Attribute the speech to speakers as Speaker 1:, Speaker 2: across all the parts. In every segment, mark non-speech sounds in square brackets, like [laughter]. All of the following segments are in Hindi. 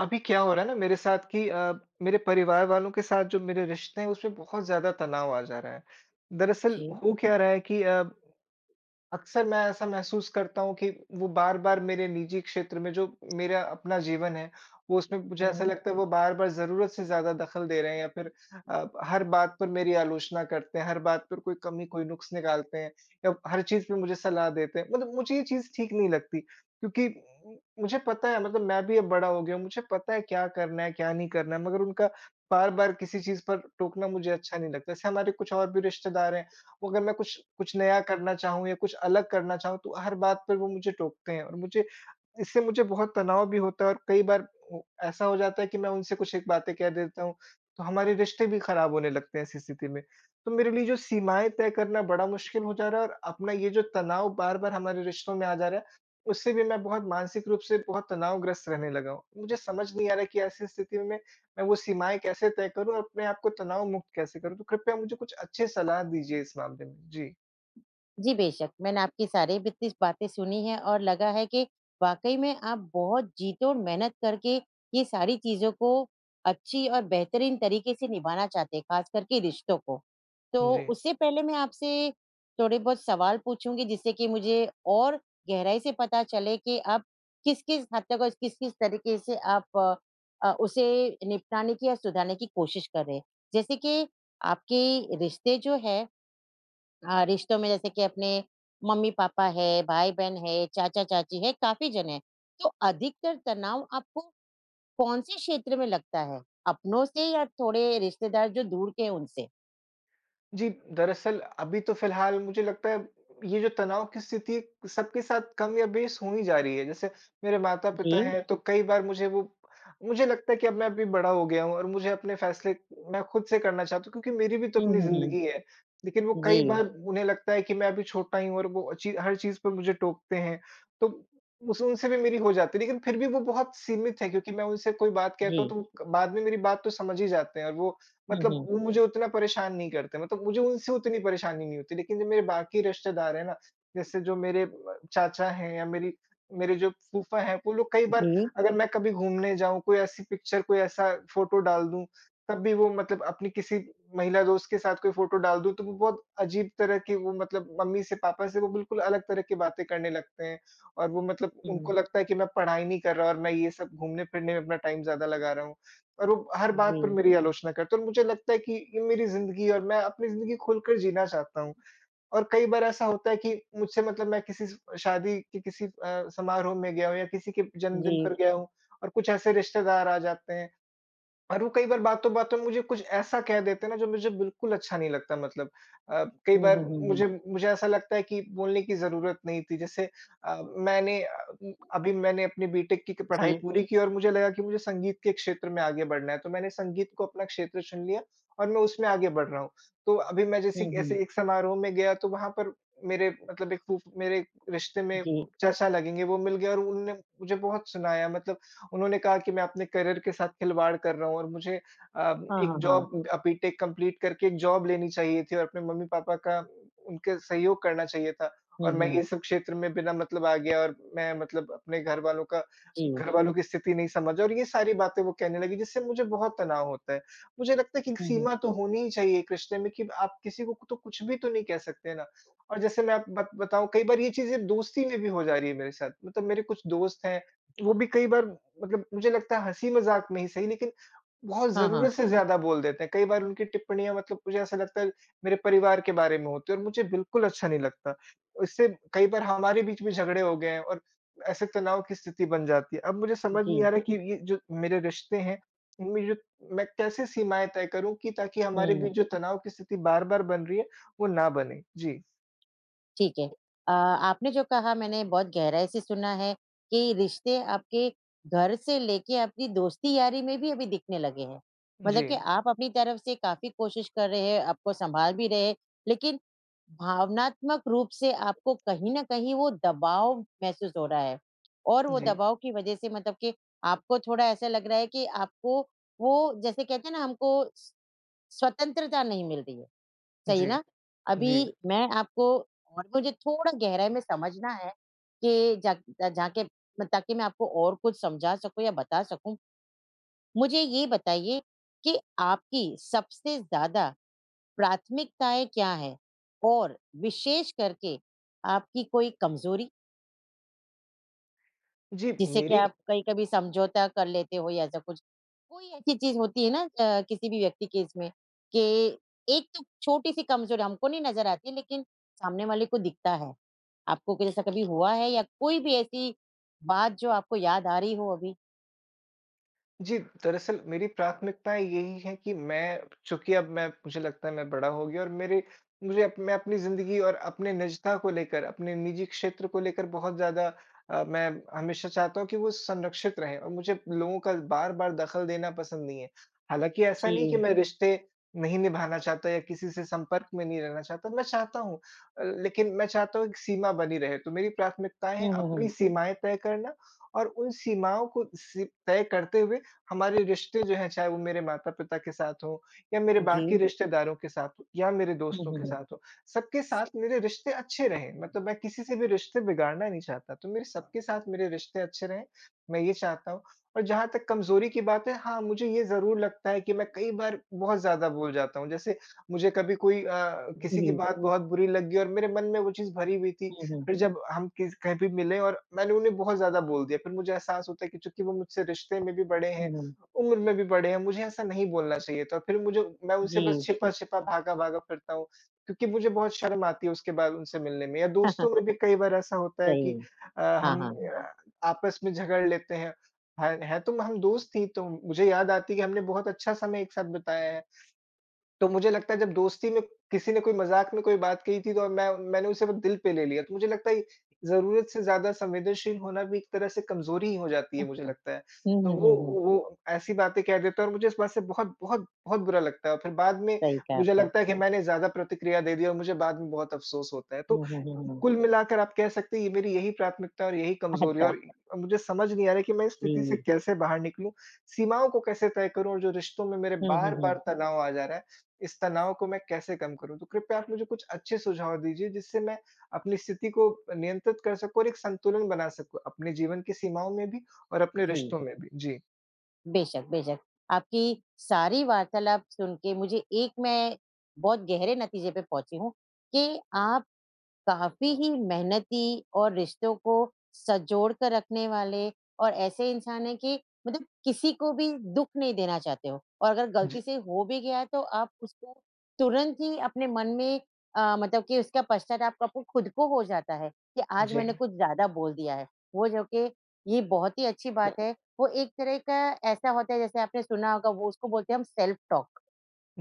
Speaker 1: अभी क्या हो रहा है ना मेरे साथ कि मेरे परिवार वालों के साथ जो मेरे रिश्ते हैं उसमें बहुत ज़्यादा तनाव आ जा रहा है। दरअसल
Speaker 2: जी।
Speaker 1: हो क्या रहा है कि अक्सर मैं ऐसा महसूस करता हूँ कि वो बार-बार मेरे निजी क्षेत्र में जो मेरा अपना जीवन है, वो उसमें मुझे ऐसा
Speaker 2: हुँ।
Speaker 1: लगता है वो बार-बार ज़रूरत से ज़्यादा दखल दे रहे हैं या फिर हर बात पर मेरी आलोचना करते हैं, हर बात पर कोई कमी, कोई नुक्स निकालते हैं या हर चीज़ पे मुझे सलाह देते हैं। मतलब मुझे ये चीज़ ठीक नहीं लगती क्योंकि मुझे पता है, मतलब मैं भी अब बड़ा हो गया हूँ, मुझे पता है क्या करना है, क्या नहीं करना है, मगर उनका बार-बार किसी चीज़ पर टोकना मुझे अच्छा नहीं लगता। जैसे हमारे कुछ और भी रिश्तेदार हैं, अगर मैं कुछ कुछ नया करना चाहूँ या कुछ अलग करना चाहूँ, तो हर बात पर वो मुझे टोकते हैं और मुझे इससे मुझे बहुत तनाव भी होता है और कई बार ओ ऐसा हो जाता है कि मैं उनसे कुछ एक बातें कह देता हूँ, तो हमारे रिश्ते भी खराब होने लगते हैं ऐसी स्थिति में। तो मेरे लिए जो सीमाएँ तय करना बड़ा मुश्किल हो जा रहा है, और अपना ये जो तनाव बार-बार हमारे रिश्तों में आ जा रहा है, उससे भी मैं बहुत मानसिक रूप से बहुत तनावग्रस्त रहने लगा हूँ। मुझे समझ नहीं आ रहा है कि ऐसी स्थिति में मैं वो सीमाएँ कैसे तय करूँ और अपने आप को तनाव मुक्त कैसे करूँ? तो कृपया मुझे कुछ अच्छी सलाह दीजिए इस मामले में। जी।
Speaker 2: जी, बेशक, मैंने आपकी सारी बित्ती बातें सुनी हैं और लगा है कि वाक़ई में आप बहुत जी-तोड़ मेहनत करके ये सारी चीज़ों को अच्छी और बेहतरीन तरीके से निभाना चाहते हैं, ख़ास करके रिश्तों को। तो
Speaker 1: जी।
Speaker 2: उससे पहले मैं आपसे थोड़े बहुत सवाल पूछूँगी जिससे कि मुझे और गहराई से पता चले कि आप किस-किस हद तक और किस-किस तरीके से आप उसे निपटाने की या सुधारने की कोशिश कर रहे हैं। जैसे कि आपके रिश्ते जो हैं रिश्तों में जैसे कि अपने मम्मी-पापा है, भाई-बहन है, चाचा-चाची है, काफ़ी जन हैं। तो अधिकतर तनाव आपको कौन से क्षेत्र में लगता है? अपनों से या थोड़े रिश्तेदार जो दूर के हैं उनसे?
Speaker 1: जी, दरअसल अभी तो फ़िलहाल मुझे लगता है ये जो तनाव की स्थिति है, सबके साथ कम या बेस हो ही जा रही है। जैसे मेरे
Speaker 2: जी।
Speaker 1: माता-पिता हैं, तो कई बार मुझे लगता है कि अब मैं अभी बड़ा हो गया हूँ और मुझे अपने फ़ैसले मैं खुद से करना चाहता हूँ, क्योंकि मेरी भी तो
Speaker 2: हुँ,
Speaker 1: अपनी
Speaker 2: हुँ,
Speaker 1: ज़िंदगी
Speaker 2: हुँ।
Speaker 1: है। लेकिन वो कई
Speaker 2: जी,
Speaker 1: बार उन्हें लगता है कि मैं अभी छोटा ही हूँ और वो अची हर चीज़ पर मुझे टोकते हैं। तो उस उनसे भी मेरी हो जाती है, लेकिन फिर भी वो बहुत सीमित है क्योंकि मैं उनसे कोई बात
Speaker 2: जी।
Speaker 1: कहता हूँ तो वो बाद में मेरी बात तो समझ ही जाते हैं, और वो
Speaker 2: हुँ,
Speaker 1: मतलब
Speaker 2: हुँ।
Speaker 1: वो मुझे उतना परेशान नहीं करते, मतलब मुझे उनसे उतनी परेशानी नहीं होती। लेकिन जो मेरे बाकी रिश्तेदार हैं ना, जैसे जो मेरे चाचा हैं या मेरी मेरे जो फूफा हैं, वो लोग कई
Speaker 2: जी।
Speaker 1: बार, अगर मैं कभी घूमने जाऊँ, कोई ऐसी पिक्चर, कोई ऐसा फ़ोटो डाल दूँ, तब भी वो, मतलब अपनी किसी महिला दोस्त के साथ कोई फ़ोटो डाल दूँ, तो वो बहुत अजीब तरह की, वो मतलब मम्मी से, पापा से वो बिल्कुल अलग तरह की बातें करने लगते हैं। और वो, मतलब
Speaker 2: हुँ,
Speaker 1: उनको लगता है कि मैं पढ़ाई नहीं कर रहा और मैं ये सब घूमने-फिरने में अपना टाइम ज़्यादा लगा रहा हूँ। और वो हर बात पर
Speaker 2: जी,
Speaker 1: मेरी आलोचना करते हैं, और मुझे लगता है कि ये मेरी ज़िंदगी है और मैं अपनी ज़िंदगी खुलकर जीना चाहता हूँ। और कई बार ऐसा होता है कि मुझसे, मतलब मैं किसी स शादी के किसी समारोह में गया हूँ या किसी के
Speaker 2: जी।
Speaker 1: जन्मदिन पर गया हूँ, और कुछ ऐसे रिश्तेदार आ जाते हैं और वो कई बार बातों-बातों में मुझे कुछ ऐसा कह देते हैं ना, जो मुझे बिल्कुल अच्छा नहीं लगता, मतलब कई
Speaker 2: हुँ,
Speaker 1: बार
Speaker 2: हुँ, हुँ, हुँ।
Speaker 1: मुझे मुझे ऐसा लगता है कि बोलने की ज़रूरत नहीं थी। जैसे अ, अभी मैंने अपनी बीटेक की पढ़ाई
Speaker 2: जी।
Speaker 1: पूरी की और मुझे लगा कि मुझे संगीत के क्षेत्र में आगे बढ़ना है, तो मैंने संगीत को अपना क्षेत्र चुन लिया और मैं उसमें आगे बढ़ रहा हूँ। तो अभी मैं जैसे
Speaker 2: हुँ, हुँ।
Speaker 1: ऐसे एक समारोह में गया, तो वहाँ पर मेरे, मतलब एक फूफ मेरे रिश्ते में
Speaker 2: जी।
Speaker 1: चाचा लगेंगे, वो मिल गए और उनने मुझे बहुत सुनाया, मतलब उन्होंने कहा कि मैं अपने करियर के साथ खिलवाड़ कर रहा हूँ और मुझे अ,
Speaker 2: हाँ, हाँ, हाँ।
Speaker 1: बीटेक कंप्लीट करके एक जॉब लेनी चाहिए थी और अपने मम्मी-पापा का, उनके सहयोग करना चाहिए था और
Speaker 2: हुँ,
Speaker 1: मैं
Speaker 2: हुँ।
Speaker 1: ये सब क्षेत्र में बिना, मतलब आ गया और मैं, मतलब अपने
Speaker 2: जी।
Speaker 1: घर वालों की स्थिति नहीं समझा, और ये सारी बातें वो कहने लगी जिससे मुझे बहुत तनाव होता है। मुझे लगता है कि एक
Speaker 2: हुँ, हुँ।
Speaker 1: सीमा तो होनी ही चाहिए एक रिश्ते में, कि आप किसी को तो कुछ भी तो नहीं कह सकते ना। और जैसे मैं आप बत बताऊँ, कई बार ये चीज़ें दोस्ती में भी हो जा रही है मेरे साथ। मतलब मेरे कुछ दोस्त हैं, वो भी कई बार, मतलब मुझे लगता है हँसी-मज़ाक में ही सही, लेकिन बहुत
Speaker 2: हाँ, हाँ।
Speaker 1: ज़रूरत से ज़्यादा बोल देते हैं। कई बार उनकी टिप्पणियाँ, मतलब मुझे ऐसा लगता है, मेरे परिवार के बारे में होती है और मुझे बिल्कुल अच्छा नहीं लगता। इससे कई बार हमारे बीच में झगड़े हो गए हैं और ऐसे तनाव की स्थिति बन जाती है। अब मुझे समझ
Speaker 2: जी।
Speaker 1: नहीं आ रहा कि ये जो मेरे रिश्ते हैं, इनमें जो मैं कैसे सीमाएँ तय करूँ कि ताकि हमारे
Speaker 2: हुँ।
Speaker 1: बीच जो तनाव की स्थिति बार-बार बन रही है, वो ना बने? जी,
Speaker 2: ठीक है। आपने जो कहा मैंने बहुत गहराई से सुना है कि रिश्ते आपके घर से लेके आपकी दोस्ती-यारी में भी अभी दिखने लगे हैं। मतलब
Speaker 1: जी,
Speaker 2: कि आप अपनी तरफ से काफ़ी कोशिश कर रहे हैं, आपको सँभाल भी रहे हैं, लेकिन भावनात्मक रूप से आपको कहीं न कहीं वो दबाव महसूस हो रहा है और वो
Speaker 1: जी,
Speaker 2: दबाव की वज़ह से मतलब कि आपको थोड़ा ऐसा लग रहा है कि आपको वो जैसे कहते हैं ना हमको स स्वतंत्रता नहीं मिल रही है। चाहिए
Speaker 1: जी,
Speaker 2: ना,
Speaker 1: जी।
Speaker 2: अभी मैं आपको और मुझे थोड़ा गहराई में समझना है कि जाके म ताकि मैं आपको और कुछ समझा सकूँ या बता सकूँ। मुझे ये बताइए कि आपकी सबसे ज़्यादा प्राथमिकताएँ क्या हैं? और विशेष करके आपकी कोई कमज़ोरी,
Speaker 1: जी,
Speaker 2: जिसे कि
Speaker 1: मेरी
Speaker 2: आप कहीं-कभी समझौता कर लेते हो या ऐसा कुछ? कोई ऐसी चीज़ होती है ना किसी भी व्यक्ति के इसमें कि एक तो छोटी-सी कमज़ोरी हमको नहीं नज़र आती, लेकिन सामने वाले को दिखता है। आपको कुछ ऐसा कभी हुआ है या कोई भी ऐसी बात जो आपको याद आ रही हो अभी?
Speaker 1: जी, दरअसल मेरी प्राथमिकताएँ यही हैं कि मैं, चूँकि अब मैं, मुझे लगता है मैं बड़ा हो गया और मेरे मुझे अप मैं अपनी ज़िंदगी और अपने निजता को लेकर, अपने निजी क्षेत्र को लेकर बहुत ज़्यादा मैं हमेशा चाहता हूँ कि वो संरक्षित रहें और मुझे लोगों का बार-बार दखल देना पसंद नहीं है। हालाँकि ऐसा
Speaker 2: जी।
Speaker 1: नहीं कि मैं रिश्ते नहीं निभाना चाहता या किसी से संपर्क में नहीं रहना चाहता, मैं चाहता हूँ, लेकिन मैं चाहता हूँ एक सीमा बनी रहे। तो मेरी प्राथमिकताएँ हैं
Speaker 2: हुँ, हुँ,
Speaker 1: अपनी
Speaker 2: हुँ।
Speaker 1: सीमाएँ तय करना और उन सीमाओं को सी तय करते हुए हमारे रिश्ते जो हैं, चाहे वो मेरे माता-पिता के साथ हों या मेरे
Speaker 2: जी।
Speaker 1: बाकी रिश्तेदारों के साथ हों या मेरे
Speaker 2: हुँ,
Speaker 1: दोस्तों
Speaker 2: हुँ,
Speaker 1: के
Speaker 2: हुँ।
Speaker 1: साथ हों, सबके साथ मेरे रिश्ते अच्छे रहें। मतलब मैं किसी से भी रिश्ते बिगाड़ना नहीं चाहता, तो मेरे सबके साथ मेरे रिश्ते अच्छे रहें, मैं ये चाहता हूँ। और जहाँ तक कमज़ोरी की बात है, हाँ, मुझे ये ज़रूर लगता है कि मैं कई बार बहुत ज़्यादा बोल जाता हूँ। जैसे मुझे कभी
Speaker 2: जी।
Speaker 1: किसी
Speaker 2: जी।
Speaker 1: की बात बहुत बुरी लगी और मेरे मन में वो चीज़ भरी हुई थी।
Speaker 2: हुँ, हुँ,
Speaker 1: फिर जब हम किस कहीं भी मिले और मैंने उन्हें बहुत ज़्यादा बोल दिया, फिर मुझे एहसास होता है कि चूँकि वो मुझसे रिश्ते में भी बड़े
Speaker 2: हुँ,
Speaker 1: हैं,
Speaker 2: हुँ।
Speaker 1: उम्र में भी बड़े हैं, मुझे ऐसा नहीं बोलना चाहिए था। फिर मुझे मैं उनसे बस
Speaker 2: जी।
Speaker 1: छिपा-छिपा, भागा-भागा फिरता हूँ, क्योंकि मुझे बहुत शर्म आती है उसके बाद उनसे मिलने में, या दोस्तों में
Speaker 2: [laughs]
Speaker 1: भी कई बार ऐसा होता है
Speaker 2: सही
Speaker 1: कि
Speaker 2: है। हाँ,
Speaker 1: हम
Speaker 2: हाँ।
Speaker 1: आपस में झगड़ लेते हैं। हैं तो हम दोस्त ही, तो मुझे याद आती है कि हमने बहुत अच्छा समय एक साथ बिताया है। तो मुझे लगता है जब दोस्ती में किसी ने कोई मज़ाक में कोई बात कही थी तो मैंने उसे वो दिल पे ले लिया। तो मुझे लगता है ज़रूरत से ज़्यादा संवेदनशील होना भी एक तरह से कमज़ोरी ही हो जाती है, मुझे लगता है।
Speaker 2: हुँ,
Speaker 1: तो
Speaker 2: हुँ,
Speaker 1: वो
Speaker 2: हुँ, हुँ।
Speaker 1: वो ऐसी बातें कह देता है और मुझे इस बात से बहुत बहुत बहुत बुरा लगता है, और फिर बाद में
Speaker 2: सही कहा
Speaker 1: मुझे
Speaker 2: आपने।
Speaker 1: लगता है कि मैंने ज़्यादा प्रतिक्रिया दे दी और मुझे बाद में बहुत अफ़सोस होता है। तो
Speaker 2: हुँ, हुँ, हुँ, हुँ।
Speaker 1: कुल मिलाकर आप कह सकते हैं, ये मेरी यही प्राथमिकता और यही कमज़ोरी है
Speaker 2: अच्छा।
Speaker 1: और मुझे समझ नहीं आ रहा है कि मैं इस स्थिति से
Speaker 2: जी।
Speaker 1: कैसे बाहर निकलूँ? सीमाओं को कैसे तय करूँ, और जो रिश्तों में मेरे
Speaker 2: हुँ, हुँ, हुँ।
Speaker 1: बार-बार तनाव आ जा रहा है, इस तनाव को मैं कैसे कम करूँ? तो कृपया आप मुझे कुछ अच्छे सुझाव दीजिए जिससे मैं अपनी स्थिति को नियंत्रित कर सकूँ और एक संतुलन बना सकूँ, अपने जीवन की सीमाओं में भी और अपने
Speaker 2: जी।
Speaker 1: रिश्तों में भी। जी।
Speaker 2: बेशक, बेशक। आपकी सारी वार्तालाप सुन के मुझे एक मैं बहुत गहरे नतीजे पे पहुँची हूँ कि आप काफ़ी ही मेहनती और रिश्तों को संजोड़ कर रखने वाले और ऐसे इंसान हैं कि मतलब किसी को भी दुःख नहीं देना चाहते हो और अगर गलती से हो भी गया है तो आप उसको तुरंत ही अपने मन में मतलब कि उसका पश्चाताप आपको खुद को हो जाता है कि आज
Speaker 1: जी,
Speaker 2: मैंने कुछ ज़्यादा बोल दिया है। वो जो कि ये बहुत ही अच्छी बात है। वो एक तरह का ऐसा होता है जैसे आपने सुना होगा वो उसको बोलते हैं हम सेल्फ टॉक।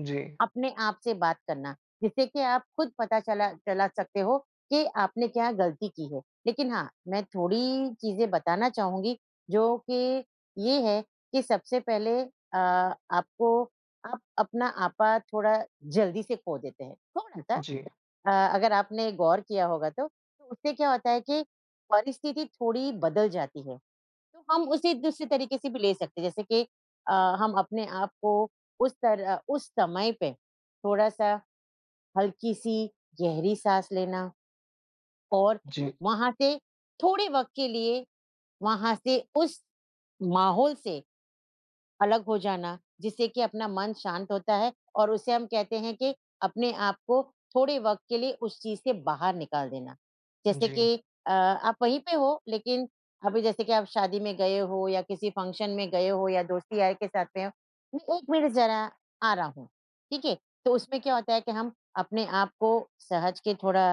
Speaker 1: जी,
Speaker 2: अपने आप से बात करना, जिससे कि आप खुद पता चला चला सकते हो कि आपने क्या गलती की है। लेकिन हाँ, मैं थोड़ी चीज़ें बताना चाहूँगी जो कि ये है कि सबसे पहले आपको आप अपना आपा थोड़ा जल्दी से खो देते हैं, थोड़ा-सा
Speaker 1: जी,
Speaker 2: अगर आपने गौर किया होगा तो। तो उससे क्या होता है कि परिस्थिति थोड़ी बदल जाती है। तो हम उसे दूसरे तरीके से भी ले सकते हैं, जैसे कि अ, हम अपने आप को उस तरह उस समय पे थोड़ा-सा हल्की-सी गहरी साँस लेना और
Speaker 1: जी,
Speaker 2: वहाँ से थोड़े वक़्त के लिए वहाँ से उस माहौल से अलग हो जाना, जिससे कि अपना मन शांत होता है और उसे हम कहते हैं कि अपने आप को थोड़े वक़्त के लिए उस चीज़ से बाहर निकाल देना। जैसे
Speaker 1: जी,
Speaker 2: कि आप वहीं पे हो लेकिन अभी जैसे कि आप शादी में गए हो या किसी फ़ंक्शन में गए हो या दोस्ती यार के साथ में हो, मैं 1 मिनट ज़रा आ रहा हूँ, ठीक है? तो उसमें क्या होता है कि हम अपने आप को सहज के थोड़ा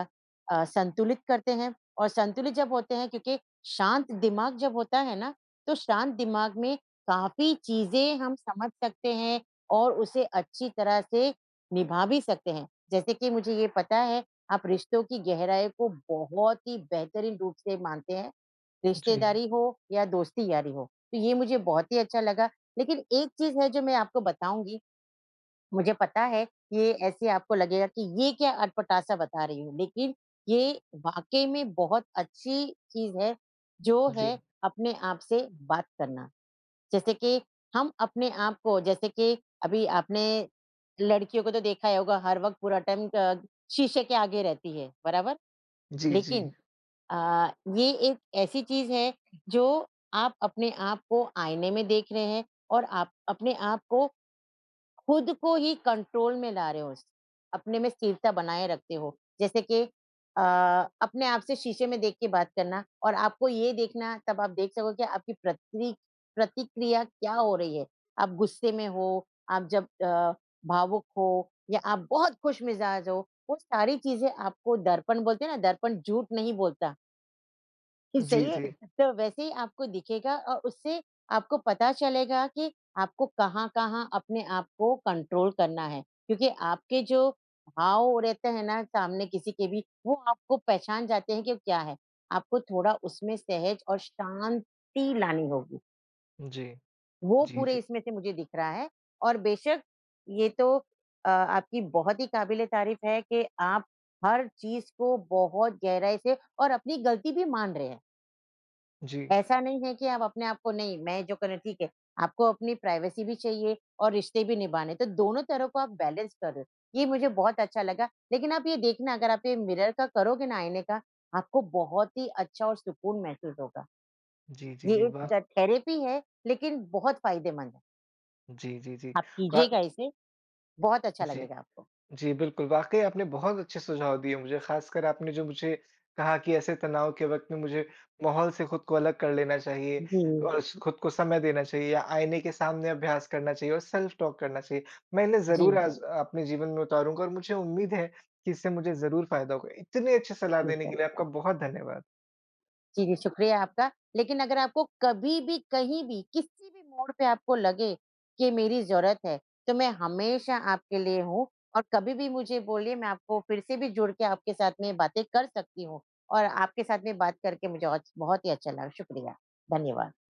Speaker 2: संतुलित करते हैं और संतुलित जब होते हैं क्योंकि शांत दिमाग जब होता है ना, तो शांत दिमाग में काफ़ी चीज़ें हम समझ सकते हैं और उसे अच्छी तरह से निभा भी सकते हैं। जैसे कि मुझे ये पता है, आप रिश्तों की गहराई को बहुत ही बेहतरीन रूप से मानते हैं,
Speaker 1: जी, जी,
Speaker 2: रिश्तेदारी हो या दोस्ती-यारी हो। तो ये मुझे बहुत ही अच्छा लगा, लेकिन एक चीज़ है जो मैं आपको बताऊँगी, मुझे पता है ये ऐसे आपको लगेगा कि ये क्या अटपटा-सा बता रही हूँ, लेकिन ये वाक़ई में बहुत अच्छी चीज़ है, जो
Speaker 1: जी,
Speaker 2: है अपने आप से बात करना। जैसे कि हम अपने आप को जैसे कि अभी आपने लड़कियों को तो देखा ही होगा हर वक़्त पूरा टाइम क शीशे के आगे रहती है, बराबर?
Speaker 1: जी, जी,
Speaker 2: लेकिन अ, ये एक ऐसी चीज़ है जो आप अपने आप को आईने में देख रहे हैं और आप अपने आप को खुद को ही कंट्रोल में ला रहे हो, अपने में स्थिरता बनाए रखते हो। जैसे कि अ, अपने आप से शीशे में देख के बात करना और आपको ये देखना तब आप देख सको कि आपकी प्रतिक्रिया क्या हो रही है। आप गुस्से में हो, आप जब भावुक हो या आप बहुत खुशमिज़ाज हो, वो सारी चीज़ें आपको दर्पण बोलते हैं ना दर्पण झूठ नहीं बोलता। [laughs]
Speaker 1: जी,
Speaker 2: सही है।
Speaker 1: जी,
Speaker 2: तो वैसे ही आपको दिखेगा और उससे आपको पता चलेगा कि आपको कहाँ-कहाँ अपने आप को कंट्रोल करना है। क्योंकि आपके जो भाव रहते हैं ना सामने किसी के भी, वो आपको पहचान जाते हैं कि क्या है। आपको थोड़ा उसमें सहज और शांति लानी होगी।
Speaker 1: जी,
Speaker 2: वो
Speaker 1: जी,
Speaker 2: पूरे
Speaker 1: जी।
Speaker 2: इसमें से मुझे दिख रहा है और बेशक ये तो आपकी बहुत ही काबिल-ए-तारीफ़ है कि आप हर चीज़ को बहुत गहराई से और अपनी गलती भी मान रहे हैं।
Speaker 1: जी,
Speaker 2: ऐसा नहीं है कि आप अपने आप को नहीं मैं जो कर ठीक है, आपको अपनी प्राइवेसी भी चाहिए और रिश्ते भी निभाने, तो दोनों तरह को आप बैलेंस कर रहे हो। ये मुझे बहुत अच्छा लगा, लेकिन आप ये देखना अगर आप ये मिरर का करोगे ना आईने का, आपको बहुत ही अच्छा और सुकून महसूस होगा।
Speaker 1: जी, जी,
Speaker 2: ये
Speaker 1: जी, वाह!
Speaker 2: एक थेरेपी है, लेकिन बहुत फ़ायदेमंद है।
Speaker 1: जी, जी, जी।
Speaker 2: आप
Speaker 1: वा
Speaker 2: कीजिएगा इसे, बहुत अच्छा
Speaker 1: जी,
Speaker 2: लगेगा आपको।
Speaker 1: जी, बिल्कुल, वाक़ई आपने बहुत अच्छे सुझाव दिए मुझे, ख़ासकर आपने जो मुझे कहा कि ऐसे तनाव के वक़्त में मुझे माहौल से खुद को अलग कर लेना चाहिए
Speaker 2: जी,
Speaker 1: और स खुद को समय देना चाहिए, या आईने के सामने अभ्यास करना चाहिए और सेल्फ टॉक करना चाहिए। मैं इन्हें ज़रूर
Speaker 2: जी,
Speaker 1: आज अपने जीवन में उतारूँगा और मुझे उम्मीद है कि इससे मुझे ज़रूर फ़ायदा होगा। इतने अच्छे सलाह
Speaker 2: जी
Speaker 1: देने
Speaker 2: सर।
Speaker 1: के लिए आपका बहुत धन्यवाद।
Speaker 2: जी, जी, शुक्रिया आपका। लेकिन अगर आपको कभी भी, कहीं भी, किसी भी मोड़ पे आपको लगे कि मेरी ज़रूरत है, तो मैं हमेशा आपके लिए हूँ और कभी भी मुझे बोलिए, मैं आपको फिर से भी जुड़ के आपके साथ में बातें कर सकती हूँ और आपके साथ में बात करके मुझे औच बहुत ही अच्छा लगा। शुक्रिया, धन्यवाद।